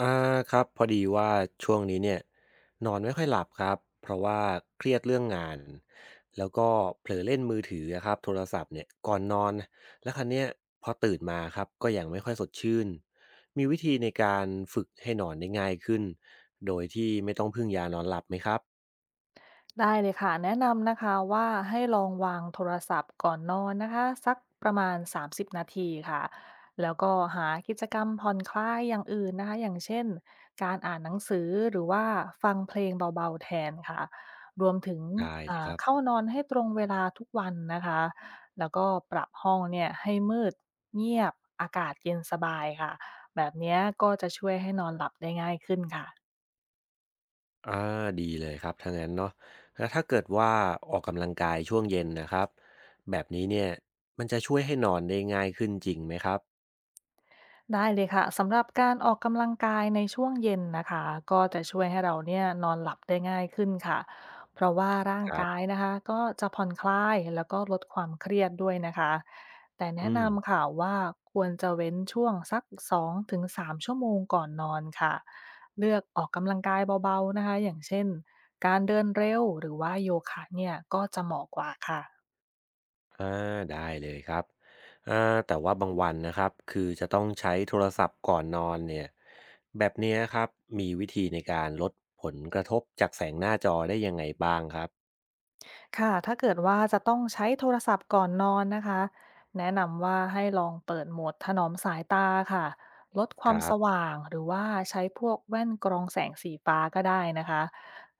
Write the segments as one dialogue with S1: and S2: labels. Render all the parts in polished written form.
S1: อ่าครับพอดีว่าช่วงนี้เนี่ยนอนไม่ค่อยหลับครับเพราะว่าเครียดเรื่องงานแล้วก็เผลอเล่นมือถืออะครับโทรศัพท์เนี่ยก่อนนอนแล้วครั้เนี้ยพอตื่นมาครับก็ยังไม่ค่อยสดชื่นมีวิธีในการฝึกให้นอนได้ง่ายขึ้นโดยที่ไม่ต้องพึ่งยานอนหลับไหมครับ
S2: ได้เลยค่ะแนะนำนะคะว่าให้ลองวางโทรศัพท์ก่อนนอนนะคะสักประมาณ30นาทีค่ะแล้วก็หากิจกรรมผ่อนคลายอย่างอื่นนะคะอย่างเช่นการอ่านหนังสือหรือว่าฟังเพลงเบาๆแทนค่ะรวมถึง
S1: ได้เลยครับ
S2: เข้านอนให้ตรงเวลาทุกวันนะคะแล้วก็ปรับห้องเนี่ยให้มืดเงียบอากาศเย็นสบายค่ะแบบเนี้ยก็จะช่วยให้นอนหลับได้ง่ายขึ้นค่ะ
S1: อ่าดีเลยครับถ้างั้นเนาะแล้วถ้าเกิดว่าออกกำลังกายช่วงเย็นนะครับแบบนี้เนี่ยมันจะช่วยให้นอนได้ง่ายขึ้นจริงไหมครับ
S2: ได้เลยค่ะสำหรับการออกกำลังกายในช่วงเย็นนะคะก็จะช่วยให้เราเนี่ยนอนหลับได้ง่ายขึ้นค่ะเพราะว่าร่าง
S1: ครั
S2: กาย
S1: บ
S2: นะคะก็จะผ่อนคลายแล้วก็ลดความเครียดด้วยนะคะแต่แนะ
S1: อืม
S2: นำค่ะว่าควรจะเว้นช่วงสักสองถึงสา3ชั่วโมงก่อนนอนค่ะเลือกออกกำลังกายเบาๆนะคะอย่างเช่นการเดินเร็วหรือว่าโยคะเนี่ยก็จะเหมาะกว่าค่ะ
S1: อาได้เลยครับอ่าแต่ว่าบางวันนะครับคือจะต้องใช้โทรศัพท์ก่อนนอนเนี่ยแบบเนี้ยครับมีวิธีในการลดผลกระทบจากแสงหน้าจอได้ยังไงบ้างครับ
S2: ค่ะถ้าเกิดว่าจะต้องใช้โทรศัพท์ก่อนนอนนะคะแนะนำว่าให้ลองเปิดโหมดถนอมสายตาค่ะลดค
S1: ค
S2: วาม
S1: รั
S2: ส
S1: บ
S2: ว่างหรือว่าใช้พวกแว่นกรองแสงสีฟ้าก็ได้นะคะ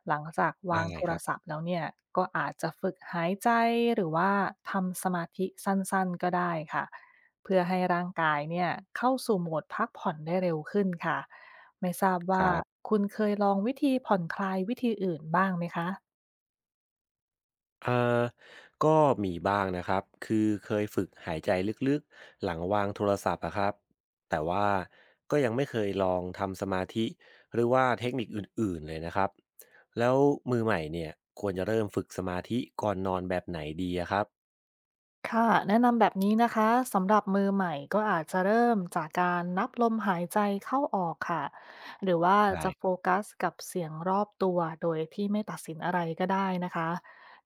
S2: หลังจาก
S1: ได้
S2: วางโท
S1: ค
S2: ร
S1: รับ
S2: ศัพท์แล้วเนี่ยก็อาจจะฝึกหายใจหรือว่าทำสมาธิสั้นๆก็ได้ค่ะเพื่อให้ร่างกายเนี่ยเข้าสู่โหมดพักผ่อนได้เร็วขึ้นค่ะไม่ทราบ
S1: ค
S2: ว่า
S1: รับ
S2: คุณเคยลองวิธีผ่อนคลายวิธีอื่นบ้างไหมคะ
S1: เอ่อก็มีบ้างนะครับ คือเคยฝึกหายใจลึกๆหลังวางโทรศัพท์อะครับ แต่ว่าก็ยังไม่เคยลองทำสมาธิหรือว่าเทคนิคอื่นๆเลยนะครับ แล้วมือใหม่เนี่ยควรจะเริ่มฝึกสมาธิก่อนนอนแบบไหนดีอะครับ
S2: ค่ะแนะนำแบบนี้นะคะสำหรับมือใหม่ก็อาจจะเริ่มจากการนับลมหายใจเข้าออกค่ะหรือว่า
S1: ได้
S2: จะ
S1: ค
S2: โฟ
S1: รับ
S2: กัสกับเสียงรอบตัวโดยที่ไม่ตัดสินอะไรก็ได้นะคะ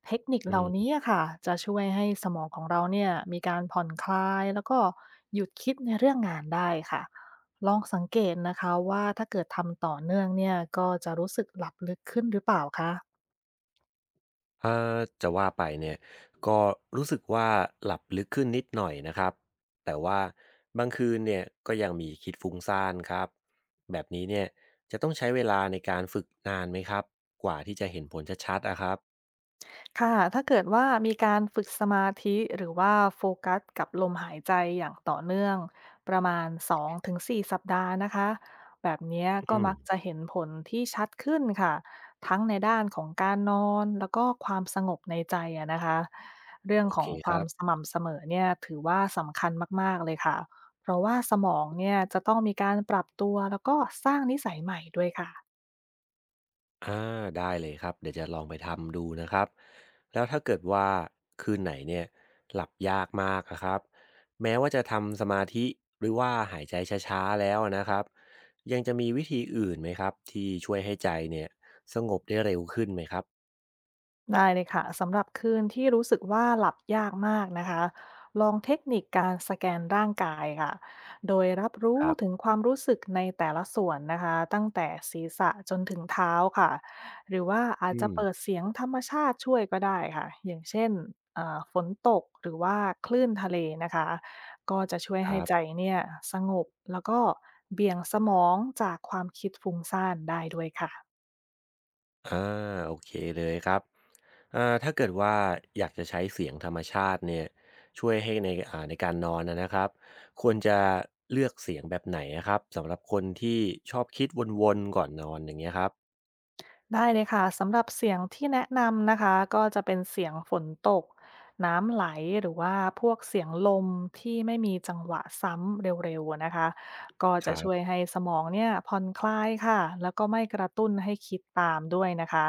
S2: เทคนิคเหล่านี้อะค่ะจะช่วยให้สมองของเราเนี่ยมีการผ่อนคลายแล้วก็หยุดคิดในเรื่องงานได้ค่ะลองสังเกตนะคะว่าถ้าเกิดทำต่อเนื่องเนี่ยก็จะรู้สึกหลับลึกขึ้นหรือเปล่าคะ
S1: อ่าจะว่าไปเนี่ยก็รู้สึกว่าหลับลึกขึ้นนิดหน่อยนะครับแต่ว่าบางคืนเนี่ยก็ยังมีคิดฟุ้งซ่านครับแบบนี้เนี่ยจะต้องใช้เวลาในการฝึกนานไหมครับกว่าที่จะเห็นผลชัดๆอะครับ
S2: ค่ะถ้าเกิดว่ามีการฝึกสมาธิหรือว่าโฟกัสกับลมหายใจอย่างต่อเนื่องประมาณ2-4สสัปดาห์นะคะ แบบเนี้ยก็
S1: อืม
S2: มักจะเห็นผลที่ชัดขึ้นค่ะ ทั้งในด้านของการนอนแล้วก็ความสงบในใจอะนะคะ เรื่อง
S1: โอ
S2: ข
S1: เค
S2: องค
S1: ค
S2: วา
S1: รั
S2: ม
S1: บ
S2: สม่ำเสมอเนี่ยถือว่าสำคัญมากๆเลยค่ะ เพราะว่าสมองเนี่ยจะต้องมีการปรับตัวแล้วก็สร้างนิสัยใหม่ด้วยค่ะ
S1: อาได้เลยครับเดี๋ยวจะลองไปทำดูนะครับแล้วถ้าเกิดว่าคืนไหนเนี่ยหลับยากมากนะครับแม้ว่าจะทำสมาธิหรือว่าหายใจช้าๆแล้วนะครับยังจะมีวิธีอื่นไหมครับที่ช่วยให้ใจเนี่ยสงบได้เร็วขึ้นไหมครับ
S2: ได้เลยค่ะสำหรับคืนที่รู้สึกว่าหลับยากมากนะคะลองเทคนิคการสแกนร่างกายค่ะโดยรับ
S1: ค
S2: รู้
S1: รับ
S2: ถึงความรู้สึกในแต่ละส่วนนะคะตั้งแต่ศีรษะจนถึงเท้าค่ะหรือว่าอาจ
S1: อื
S2: จะ
S1: ม
S2: เปิดเสียงธรรมชาติช่วยก็ได้ค่ะอย่างเช่นฝนตกหรือว่าคลื่นทะเลนะคะก็จะช่วย
S1: ค
S2: ให้
S1: รับ
S2: ใจเนี่ยสงบแล้วก็เบี่ยงสมองจากความคิดฟุ้งซ่านได้ด้วยค่ะ
S1: อาโอเคเลยครับ ถ้าเกิดว่าอยากจะใช้เสียงธรรมชาติเนี่ยช่วยให้ในการนอนนะนะครับควรจะเลือกเสียงแบบไหนอะครับสำหรับคนที่ชอบคิดวนๆก่อนนอนอย่างเงี้ยครับ
S2: ได้เลยค่ะสำหรับเสียงที่แนะนำนะคะก็จะเป็นเสียงฝนตกน้ำไหลหรือว่าพวกเสียงลมที่ไม่มีจังหวะซ้ำเร็วๆอะนะคะก็
S1: ค
S2: จะ
S1: รั
S2: ช่วย
S1: บ
S2: ให้สมองเนี่ยผ่อนคลายค่ะแล้วก็ไม่กระตุ้นให้คิดตามด้วยนะคะ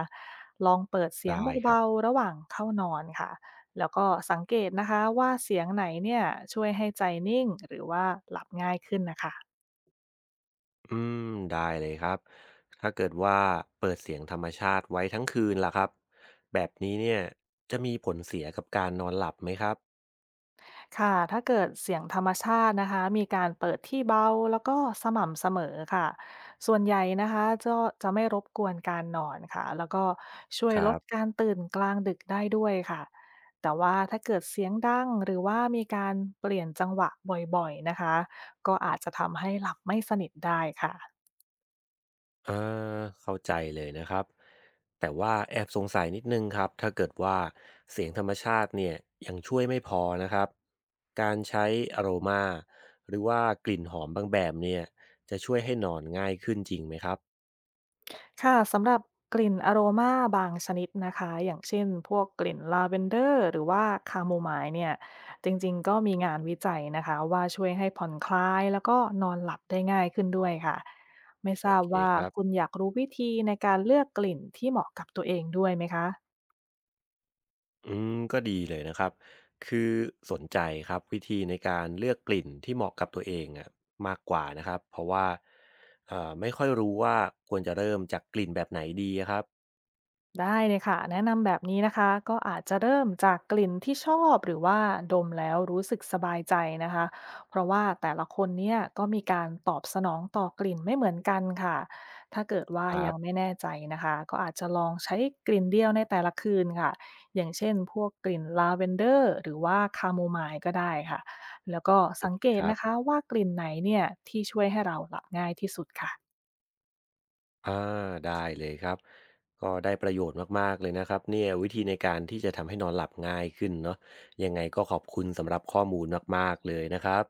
S2: ลองเปิดเสียง
S1: ได้ครับ
S2: เบาๆระหว่างเข้านอนค่ะแล้วก็สังเกตนะคะว่าเสียงไหนเนี่ยช่วยให้ใจนิ่งหรือว่าหลับง่ายขึ้นนะคะ
S1: อืมได้เลยครับถ้าเกิดว่าเปิดเสียงธรรมชาติไว้ทั้งคืนล่ะครับแบบนี้เนี่ยจะมีผลเสียกับการนอนหลับไหมครับ
S2: ค่ะถ้าเกิดเสียงธรรมชาตินะคะมีการเปิดที่เบาแล้วก็สม่ำเสมอค่ะส่วนใหญ่นะคะจะไม่รบกวนการนอนค่ะแล้วก็ช่วย
S1: ค
S2: ล
S1: รั
S2: ด
S1: บ
S2: การตื่นกลางดึกได้ด้วยค่ะแต่ว่าถ้าเกิดเสียงดังหรือว่ามีการเปลี่ยนจังหวะบ่อยๆนะคะก็อาจจะทำให้หลับไม่สนิทได้ค่ะ
S1: อาเข้าใจเลยนะครับแต่ว่าแอบสงสัยนิดนึงครับถ้าเกิดว่าเสียงธรรมชาติเนี่ยยังช่วยไม่พอนะครับการใช้อโรมาหรือว่ากลิ่นหอมบางแบบเนี่ยจะช่วยให้นอนง่ายขึ้นจริงไหมครับ
S2: ค่ะสำหรับกลิ่นอโรมาบางชนิดนะคะอย่างเช่นพวกกลิ่นลาเวนเดอร์หรือว่าคาโมไมล์เนี่ยจริงๆก็มีงานวิจัยนะคะว่าช่วยให้ผ่อนคลายแล้วก็นอนหลับได้ง่ายขึ้นด้วยค่ะไม่ท
S1: โอ
S2: ราบ
S1: เค
S2: ว่า
S1: ครับ
S2: คุณอยากรู้วิธีในการเลือกกลิ่นที่เหมาะกับตัวเองด้วยไหมคะ
S1: อืมก็ดีเลยนะครับคือสนใจครับวิธีในการเลือกกลิ่นที่เหมาะกับตัวเองอะมากกว่านะครับเพราะว่าเอ่าไม่ค่อยรู้ว่าควรจะเริ่มจากกลิ่นแบบไหนดีอะครับ
S2: ได้เลยค่ะแนะนำแบบนี้นะคะก็อาจจะเริ่มจากกลิ่นที่ชอบหรือว่าดมแล้วรู้สึกสบายใจนะคะเพราะว่าแต่ละคนเนี่ยก็มีการตอบสนองต่อกลิ่นไม่เหมือนกันค่ะถ้าเกิดว่า
S1: ครั
S2: ยั
S1: บ
S2: งไม่แน่ใจนะคะก็อาจจะลองใช้กลิ่นเดียวในแต่ละคืนค่ะอย่างเช่นพวกกลิ่นลาเวนเดอร์หรือว่าคาโมไมล์ก็ได้ค่ะแล้วก็
S1: โอ
S2: สัง
S1: เค
S2: เก
S1: ค
S2: ต
S1: รับ
S2: นะคะว่ากลิ่นไหนเนี่ยที่ช่วยให้เราหลับง่ายที่สุดค่ะ
S1: อ่าได้เลยครับก็ได้ประโยชน์มากๆเลยนะครับเนี่ยวิธีในการที่จะทำให้นอนหลับง่ายขึ้นเนาะยังไงก็ขอบคุณสำหรับข้อมูลมากๆเลยนะครับ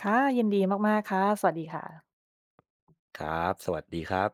S2: ค่ะยินดีมากๆค่ะสวัสดีค่ะ
S1: ครับสวัสดีครับ